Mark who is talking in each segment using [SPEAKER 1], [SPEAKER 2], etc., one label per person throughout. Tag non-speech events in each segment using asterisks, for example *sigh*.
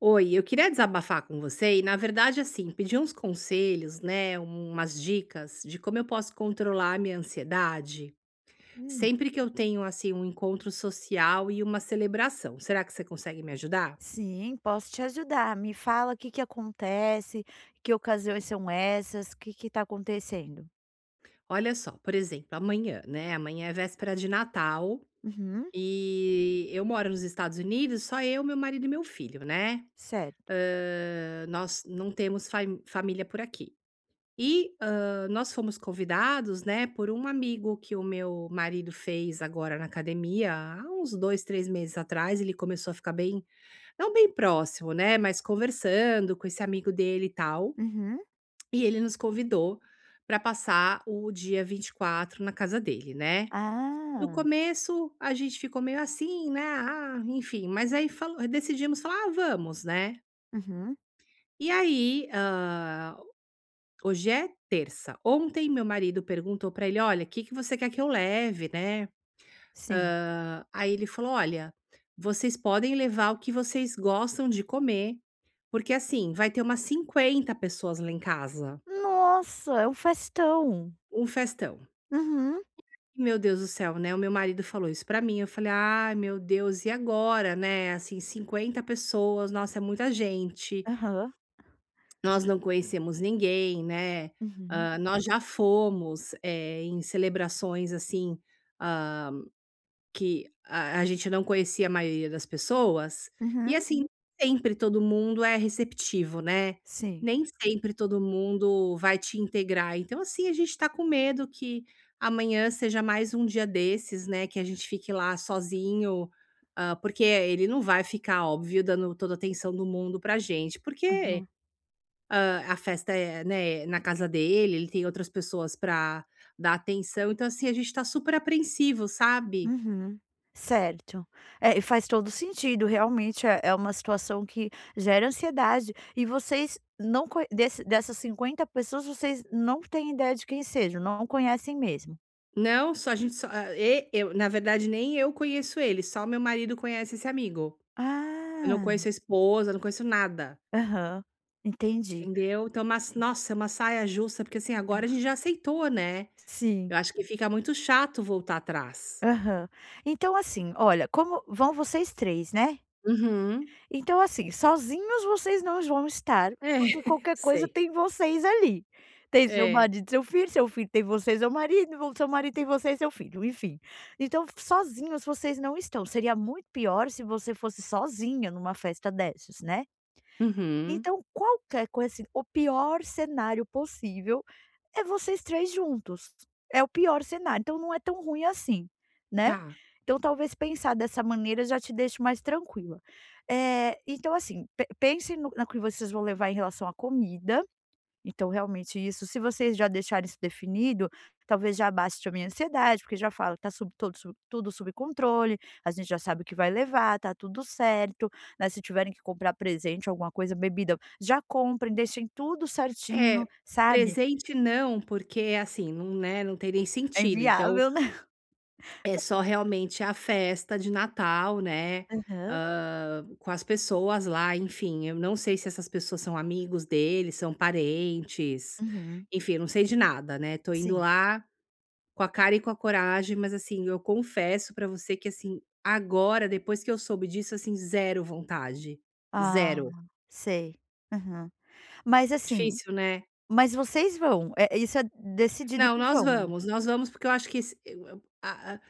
[SPEAKER 1] Oi, eu queria desabafar com você e, na verdade, assim, pedir uns conselhos, né, umas dicas de como eu posso controlar a minha ansiedade
[SPEAKER 2] Hum,
[SPEAKER 1] sempre que eu tenho, assim, um encontro social e uma celebração. Será que você consegue me ajudar?
[SPEAKER 2] sim, posso te ajudar. Me fala o que que acontece, que ocasiões são essas, o que que tá acontecendo?
[SPEAKER 1] Olha só, por exemplo, amanhã, né, amanhã é véspera de Natal
[SPEAKER 2] Uhum,
[SPEAKER 1] e eu moro nos Estados Unidos, só eu, meu marido e meu filho, né?
[SPEAKER 2] certo.
[SPEAKER 1] Nós não temos família por aqui. E, nós fomos convidados, né, por um amigo que o meu marido fez agora na academia, há uns 2, 3 meses atrás. Ele começou a ficar bem, não bem próximo, né, mas conversando com esse amigo dele e tal,
[SPEAKER 2] Uhum.
[SPEAKER 1] e ele nos convidou para passar o dia 24 na casa dele, né. No
[SPEAKER 2] Ah,
[SPEAKER 1] começo a gente ficou meio assim, né, ah, enfim, mas aí falou, decidimos falar: "Ah, vamos", né.
[SPEAKER 2] uhum,
[SPEAKER 1] E aí, hoje é terça. Ontem meu marido perguntou pra ele: "Olha, o que que você quer que eu leve, né?".
[SPEAKER 2] sim.
[SPEAKER 1] Aí ele falou: "Olha, vocês podem levar o que vocês gostam de comer, porque assim, vai ter umas 50 pessoas lá em casa,
[SPEAKER 2] Nossa, é um festão.
[SPEAKER 1] um festão".
[SPEAKER 2] Uhum,
[SPEAKER 1] Meu Deus do céu, né, o meu marido falou isso pra mim, eu falei: "Ai, meu Deus, e agora, né, assim, 50 pessoas, nossa, é muita gente".
[SPEAKER 2] aham,
[SPEAKER 1] Nós não conhecemos ninguém, né,
[SPEAKER 2] uhum,
[SPEAKER 1] nós já fomos, em celebrações, assim, hã, que a gente não conhecia a maioria das pessoas, e
[SPEAKER 2] uhum,
[SPEAKER 1] assim, nem sempre todo mundo é receptivo, né,
[SPEAKER 2] sim.
[SPEAKER 1] nem sempre todo mundo vai te integrar, então assim, a gente tá com medo que amanhã seja mais um dia desses, né, que a gente fique lá sozinho, porque ele não vai ficar, óbvio, dando toda a atenção do mundo pra gente, porque a festa é, né, na casa dele, ele tem outras pessoas para dar atenção, então, assim, a gente tá super apreensivo, sabe.
[SPEAKER 2] Uhum, certo. É, e faz todo sentido, realmente é uma situação que gera ansiedade e vocês não co desse dessas 50 pessoas, vocês não têm ideia de quem sejam, não conhecem mesmo?
[SPEAKER 1] Não, só a gente só e eu na verdade, nem eu conheço ele, só meu marido conhece esse amigo. Eu não
[SPEAKER 2] Ah,
[SPEAKER 1] conheço a esposa, não conheço nada,
[SPEAKER 2] aham, entendi.
[SPEAKER 1] entendeu. Então mas
[SPEAKER 2] Sim,
[SPEAKER 1] nossa, é uma saia justa, porque, assim, agora a gente já aceitou, né.
[SPEAKER 2] sim,
[SPEAKER 1] Eu acho que fica muito chato voltar atrás.
[SPEAKER 2] aham. Então assim, olha, como vão vocês três, né?
[SPEAKER 1] Uhum.
[SPEAKER 2] Então, assim, sozinhos vocês não vão estar,
[SPEAKER 1] É,
[SPEAKER 2] porque
[SPEAKER 1] *laughs*
[SPEAKER 2] qualquer coisa
[SPEAKER 1] sei.
[SPEAKER 2] tem vocês ali. Tem seu
[SPEAKER 1] É.
[SPEAKER 2] marido, seu filho tem você, seu marido, vo seu marido tem você e seu filho, enfim. Então, sozinhos vocês não estão, seria muito pior se você fosse sozinha numa festa dessas, né.
[SPEAKER 1] Uhum.
[SPEAKER 2] Então, qualquer coisa assim, o pior cenário possível é vocês 3 juntos. É o pior cenário, então não é tão ruim assim, né.
[SPEAKER 1] Tá.
[SPEAKER 2] Então talvez pensar dessa maneira já te deixe mais tranquila. Então assim, pe pense no que vocês vão levar em relação à comida. Então, realmente, isso, se vocês já deixarem isso definido, talvez já baste a minha ansiedade, porque já falo, tá sub todo sub tudo sob controle, a gente já sabe o que vai levar, tá tudo certo, né, se tiverem que comprar presente, alguma coisa, bebida, já comprem, deixem tudo certinho,
[SPEAKER 1] É,
[SPEAKER 2] sabe.
[SPEAKER 1] presente não, porque assim, não, né, não tem nem
[SPEAKER 2] É
[SPEAKER 1] sentido, então
[SPEAKER 2] inviável, né.
[SPEAKER 1] é só realmente a festa de Natal, né,
[SPEAKER 2] Aham.
[SPEAKER 1] com as pessoas lá, enfim, eu não sei se essas pessoas são amigos dele, são parentes,
[SPEAKER 2] Uhum.
[SPEAKER 1] enfim, eu não sei de nada, né, tô indo
[SPEAKER 2] Sim.
[SPEAKER 1] lá com a cara e com a coragem, mas assim, eu confesso pra você que assim, agora depois que eu soube disso, assim, zero vontade,
[SPEAKER 2] Ah,
[SPEAKER 1] zero.
[SPEAKER 2] sei. Aham. Mas, assim
[SPEAKER 1] Difícil, né?
[SPEAKER 2] mas vocês vão, é isso, é decidido
[SPEAKER 1] Não,
[SPEAKER 2] que vão?
[SPEAKER 1] nós vamos, porque eu acho que esse eu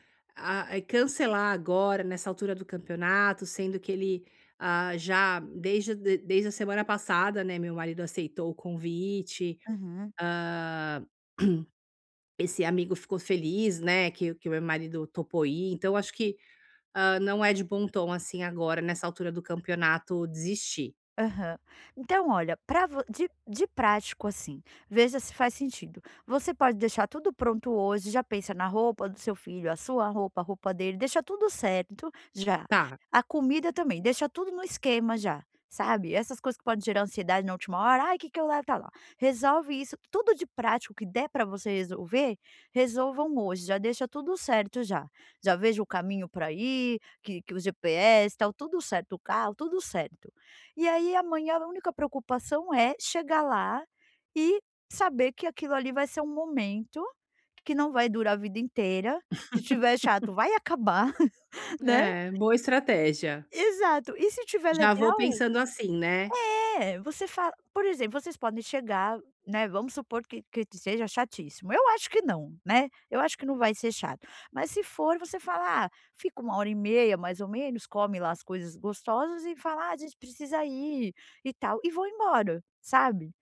[SPEAKER 1] a é cancelar agora, nessa altura do campeonato, sendo que ele, ah, já desde a semana passada, né, meu marido aceitou o convite,
[SPEAKER 2] Uhum.
[SPEAKER 1] hã, *clears throat* esse amigo ficou feliz, né, que o meu marido topou ir, então acho que, não é de bom tom, assim, agora, nessa altura do campeonato, desistir.
[SPEAKER 2] Aham. Então olha, pra vo de prático, assim, veja se faz sentido. Você pode deixar tudo pronto hoje, já pensa na roupa do seu filho, a sua roupa, a roupa dele, deixa tudo certo já.
[SPEAKER 1] Tá,
[SPEAKER 2] A comida também, deixa tudo no esquema já, sabe. Essas coisas que podem gerar ansiedade na última hora, "Ai, o que que eu levo", tá lá. Resolve isso, tudo de prático que der pra você resolver, resolvam hoje, já deixa tudo certo já. Já veja o caminho pra ir, que o GPS, tal, tudo certo, o carro, tudo certo. E aí amanhã a única preocupação é chegar lá e saber que aquilo ali vai ser um momento, que não vai durar a vida inteira. Se tiver chato, vai acabar, *laughs* né.
[SPEAKER 1] é, boa estratégia.
[SPEAKER 2] Exato. E se tiver
[SPEAKER 1] Já vou
[SPEAKER 2] legal,
[SPEAKER 1] pensando assim, né?
[SPEAKER 2] é, você fala, por exemplo, vocês podem chegar, né, vamos supor que seja chatíssimo. Eu acho que não, né, eu acho que não vai ser chato. Mas se for, você fala: "Ah, fica 1 hora e meia mais ou menos, come lá as coisas gostosas", e fala: "Ah, a gente precisa ir e tal", e vou embora, sabe.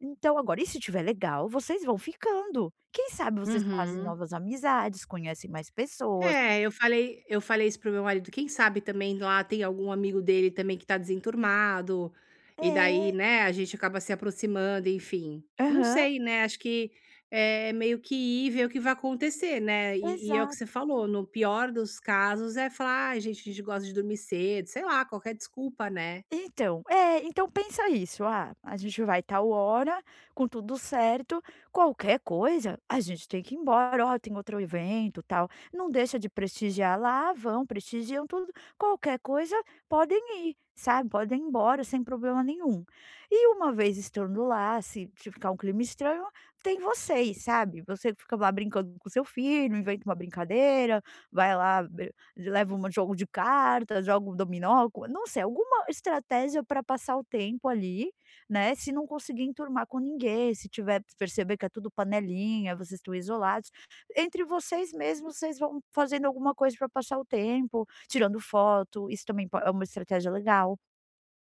[SPEAKER 2] Então agora, e se tiver legal, vocês vão ficando. Quem sabe vocês fazem
[SPEAKER 1] Uhum.
[SPEAKER 2] novas amizades, conhecem mais pessoas.
[SPEAKER 1] É, eu falei isso pro meu marido, quem sabe também lá tem algum amigo dele também que tá desenturmado, e daí,
[SPEAKER 2] É.
[SPEAKER 1] né, a gente acaba se aproximando, enfim. Não
[SPEAKER 2] Aham.
[SPEAKER 1] sei, né, acho que é meio que ir ver o que vai acontecer, né, e é o que você
[SPEAKER 2] Exato.
[SPEAKER 1] falou, no pior dos casos é falar: "Ai gente, a gente gosta de dormir cedo", sei lá, qualquer desculpa, né.
[SPEAKER 2] Então, é, então pensa isso, ah, a gente vai tal hora, com tudo certo, qualquer coisa, a gente tem que ir embora, ó, tem outro evento, tal. Não deixa de prestigiar lá, vão, prestigiam tudo, qualquer coisa, podem ir, sabe? Podem ir embora sem problema nenhum. E uma vez estando lá, se ficar um clima estranho, tem vocês, sabe? Você fica lá brincando com seu filho, inventa uma brincadeira, vai lá, leva um jogo de cartas, joga um dominó, não sei, alguma estratégia para passar o tempo ali, né, se não conseguir enturmar com ninguém, se tiver perceber que é tudo panelinha, vocês estão isolados, entre vocês mesmos vocês vão fazendo alguma coisa para passar o tempo, tirando foto, isso também po é uma estratégia legal.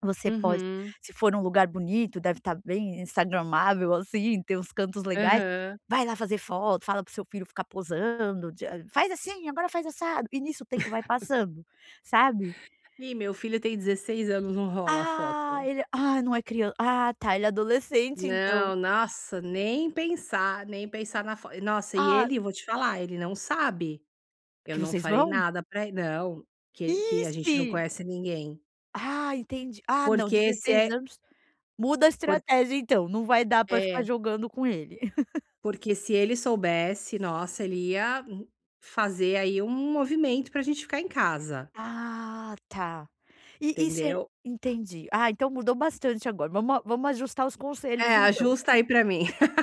[SPEAKER 2] Você pode,
[SPEAKER 1] Uhum.
[SPEAKER 2] se for um lugar bonito, deve estar bem instagramável, assim, ter uns cantos legais,
[SPEAKER 1] Aham.
[SPEAKER 2] vai lá fazer foto, fala pro seu filho ficar posando, de "Faz assim, agora faz assado", e nisso o tempo vai passando, sabe?
[SPEAKER 1] Ih, meu filho tem 16 anos, não rola a
[SPEAKER 2] Ah,
[SPEAKER 1] foto.
[SPEAKER 2] ele, não é criança. Ah, tá, ele é adolescente então.
[SPEAKER 1] Não, nossa, nem pensar, nem pensar na fo nossa, e
[SPEAKER 2] Ah,
[SPEAKER 1] ele, vou te falar, ele não sabe. Eu
[SPEAKER 2] que
[SPEAKER 1] não
[SPEAKER 2] vocês
[SPEAKER 1] falei
[SPEAKER 2] vão?
[SPEAKER 1] nada pra ele não, que a gente
[SPEAKER 2] Ixi!
[SPEAKER 1] não conhece ninguém.
[SPEAKER 2] Ah, entendi. Ah, não,
[SPEAKER 1] Porque se é
[SPEAKER 2] 16 anos muda a
[SPEAKER 1] por
[SPEAKER 2] estratégia então, não vai dar pra ficar
[SPEAKER 1] é,
[SPEAKER 2] jogando com ele. *laughs*
[SPEAKER 1] porque se ele soubesse, nossa, ele ia fazer aí um movimento pra gente ficar em casa,
[SPEAKER 2] Ah, tá. E ser
[SPEAKER 1] entendeu.
[SPEAKER 2] entendi. Ah, então mudou bastante agora, vamos ajustar os
[SPEAKER 1] É,
[SPEAKER 2] conselhos então.
[SPEAKER 1] ajusta aí pra mim. *laughs*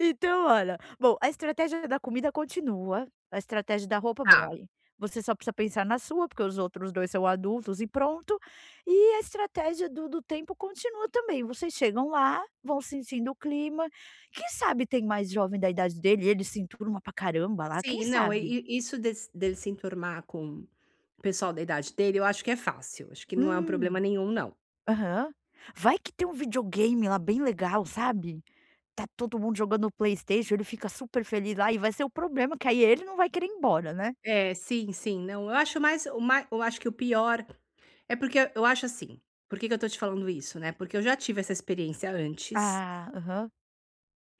[SPEAKER 2] Então olha, bom, a estratégia da comida continua, a estratégia da roupa,
[SPEAKER 1] Tá.
[SPEAKER 2] bom, aí você só precisa pensar na sua, porque os outros 2 são adultos e pronto. E a estratégia do tempo continua também, vocês chegam lá, vão sentindo o clima, quem sabe tem mais jovem da idade dele e ele se enturma pra caramba lá, quem
[SPEAKER 1] Sim, não,
[SPEAKER 2] sabe?
[SPEAKER 1] e isso des dele se enturmar com o pessoal da idade dele, eu acho que é fácil, acho que não é um problema
[SPEAKER 2] Hum,
[SPEAKER 1] nenhum não.
[SPEAKER 2] aham. Vai que tem um videogame lá bem legal, sabe? Tá todo mundo jogando PlayStation, ele fica super feliz lá e vai ser o problema que aí ele não vai querer ir embora, né?
[SPEAKER 1] É, sim, sim. Não, eu acho mais o mai eu acho que o pior é porque eu acho assim, por que que eu tô te falando isso, né, porque eu já tive essa experiência antes,
[SPEAKER 2] Ah, aham.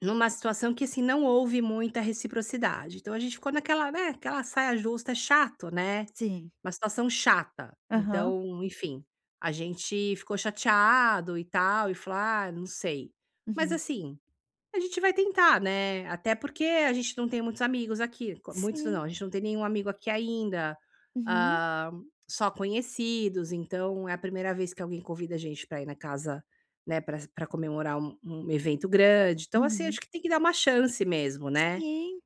[SPEAKER 1] numa situação que, assim, não houve muita reciprocidade. Então a gente ficou naquela, né, aquela saia justa, é chato, né,
[SPEAKER 2] Sim.
[SPEAKER 1] uma situação chata.
[SPEAKER 2] Aham.
[SPEAKER 1] Então, enfim, a gente ficou chateado e tal, e falou: "Ah, não sei". Mas
[SPEAKER 2] Uhum.
[SPEAKER 1] assim a gente vai tentar, né, até porque a gente não tem muitos amigos aqui, co muitos
[SPEAKER 2] Sim.
[SPEAKER 1] não, a gente não tem nenhum amigo aqui ainda,
[SPEAKER 2] Uhum.
[SPEAKER 1] hã, só conhecidos, então é a primeira vez que alguém convida a gente para ir na casa, né, para comemorar um evento grande, então, assim, acho
[SPEAKER 2] Uhum.
[SPEAKER 1] que tem que dar uma chance mesmo, né.
[SPEAKER 2] Sim.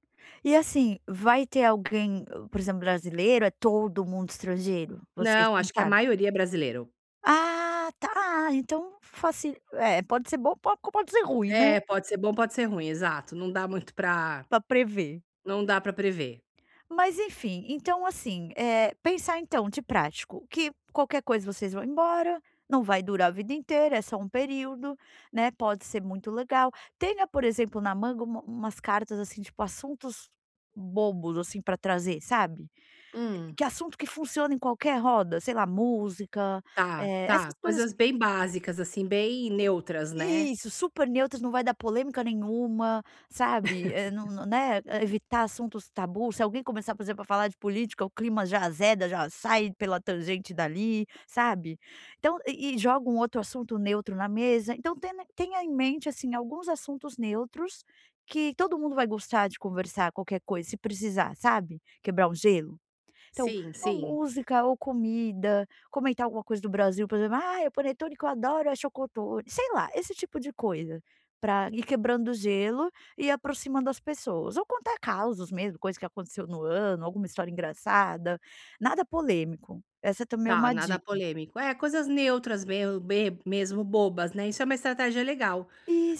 [SPEAKER 2] E assim, vai ter alguém, por exemplo, brasileiro? É todo mundo estrangeiro? Vocês
[SPEAKER 1] Não,
[SPEAKER 2] não
[SPEAKER 1] acho que a
[SPEAKER 2] sabem?
[SPEAKER 1] maioria é brasileiro.
[SPEAKER 2] Ah, tá. Ah, então faci é, pode ser bom, po pode ser ruim, né,
[SPEAKER 1] É, pode ser bom, pode ser ruim, exato, não dá muito pra
[SPEAKER 2] pra prever.
[SPEAKER 1] não dá pra prever.
[SPEAKER 2] Mas enfim, então assim, é pensar então de prático, que qualquer coisa vocês vão embora, não vai durar a vida inteira, é só um período, né, pode ser muito legal. Tenha, por exemplo, na manga, umas cartas, assim, tipo assuntos bobos, assim, para trazer, sabe.
[SPEAKER 1] Hum,
[SPEAKER 2] Que assunto que funciona em qualquer roda, sei lá, música,
[SPEAKER 1] tá, tá,
[SPEAKER 2] essas coisas,
[SPEAKER 1] coisas bem básicas, assim, bem neutras, né.
[SPEAKER 2] isso, super neutras, não vai dar polêmica nenhuma, sabe, não não, né, é, evitar assuntos tabu. Se alguém começar, por exemplo, a falar de política, o clima já azeda, já sai pela tangente dali, sabe. Então e joga um outro assunto neutro na mesa, então tena tenha em mente, assim, alguns assuntos neutros que todo mundo vai gostar de conversar, qualquer coisa, se precisar, sabe, quebrar um gelo. Então,
[SPEAKER 1] Sim,
[SPEAKER 2] ou
[SPEAKER 1] sim.
[SPEAKER 2] música ou comida, comentar alguma coisa do Brasil, por exemplo: "Ah, o panetone que eu adoro é chocotone", sei lá, esse tipo de coisa, para ir quebrando o gelo e aproximando as pessoas. Ou contar causos mesmo, coisa que aconteceu no ano, alguma história engraçada, nada polêmico. Essa também é
[SPEAKER 1] Tá,
[SPEAKER 2] uma
[SPEAKER 1] nada
[SPEAKER 2] dica.
[SPEAKER 1] polêmico. É, coisas neutras mesmo be mesmo, bobas, né, isso é uma estratégia legal.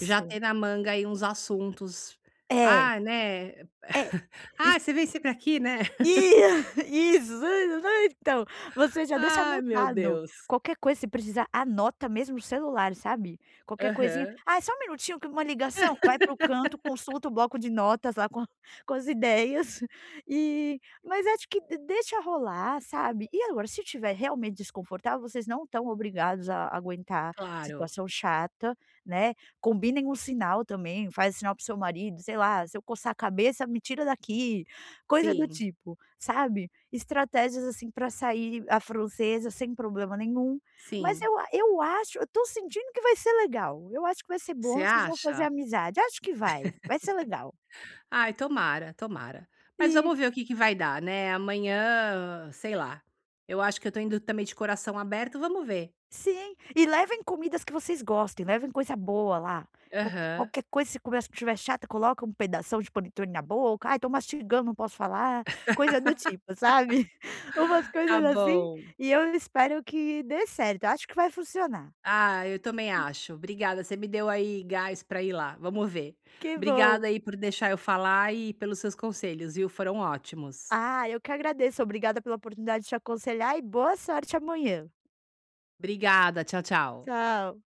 [SPEAKER 1] Já ter na manga aí uns assuntos.
[SPEAKER 2] É,
[SPEAKER 1] Ah, né,
[SPEAKER 2] é.
[SPEAKER 1] *laughs* "Ah, você vem sempre aqui, né".
[SPEAKER 2] I
[SPEAKER 1] *laughs*
[SPEAKER 2] *laughs* isso, *laughs* então, você já deixa
[SPEAKER 1] Ai, meu
[SPEAKER 2] anotado,
[SPEAKER 1] Deus.
[SPEAKER 2] qualquer coisa se precisar, anota mesmo no celular, sabe. Qualquer coisinha:
[SPEAKER 1] Aham,
[SPEAKER 2] "Ah, é só um minutinho que uma ligação", vai para o canto, consulta o bloco de notas lá com *laughs* com as ideias, e, mas acho que, de deixa rolar, sabe. E agora, se tiver realmente desconfortável, vocês não estão obrigados a aguentar
[SPEAKER 1] claro.
[SPEAKER 2] situação chata, né. Combinem um sinal também, faz sinal para o seu marido, sei lá: "Se eu coçar a cabeça, me tira daqui", coisa do
[SPEAKER 1] Sim,
[SPEAKER 2] tipo. Sabe, estratégias, assim, para sair a francesa sem problema nenhum, mas
[SPEAKER 1] sim.
[SPEAKER 2] eu acho, eu tô sentindo que vai ser legal, eu acho que vai ser bom,
[SPEAKER 1] Você
[SPEAKER 2] vocês vão fazer
[SPEAKER 1] acha?
[SPEAKER 2] amizade, acho que vai, ser legal.
[SPEAKER 1] Ai, tomara, tomara. Mas
[SPEAKER 2] E
[SPEAKER 1] vamos ver o que que vai dar, né, amanhã, sei lá, eu acho que eu tô indo também de coração aberto, vamos ver.
[SPEAKER 2] sim, e levem comidas que vocês gostem, levem coisa boa lá, qualquer
[SPEAKER 1] Aham.
[SPEAKER 2] qualquer coisa se começa estiver chata, coloca um pedação de panetone na boca, "Ai, tô mastigando, não posso falar", coisa do tipo, sabe, *laughs* umas
[SPEAKER 1] Tá
[SPEAKER 2] coisas assim,
[SPEAKER 1] bom.
[SPEAKER 2] e eu espero que dê certo, acho que vai funcionar.
[SPEAKER 1] Ah, eu também acho. Obrigada, você me deu aí gás para ir lá, vamos ver.
[SPEAKER 2] Que bom.
[SPEAKER 1] Obrigada aí por deixar eu falar e pelos seus conselhos, viu, foram ótimos.
[SPEAKER 2] Ah, eu que agradeço. Obrigada pela oportunidade de te aconselhar e boa sorte amanhã.
[SPEAKER 1] Obrigada, tchau, tchau.
[SPEAKER 2] Tchau.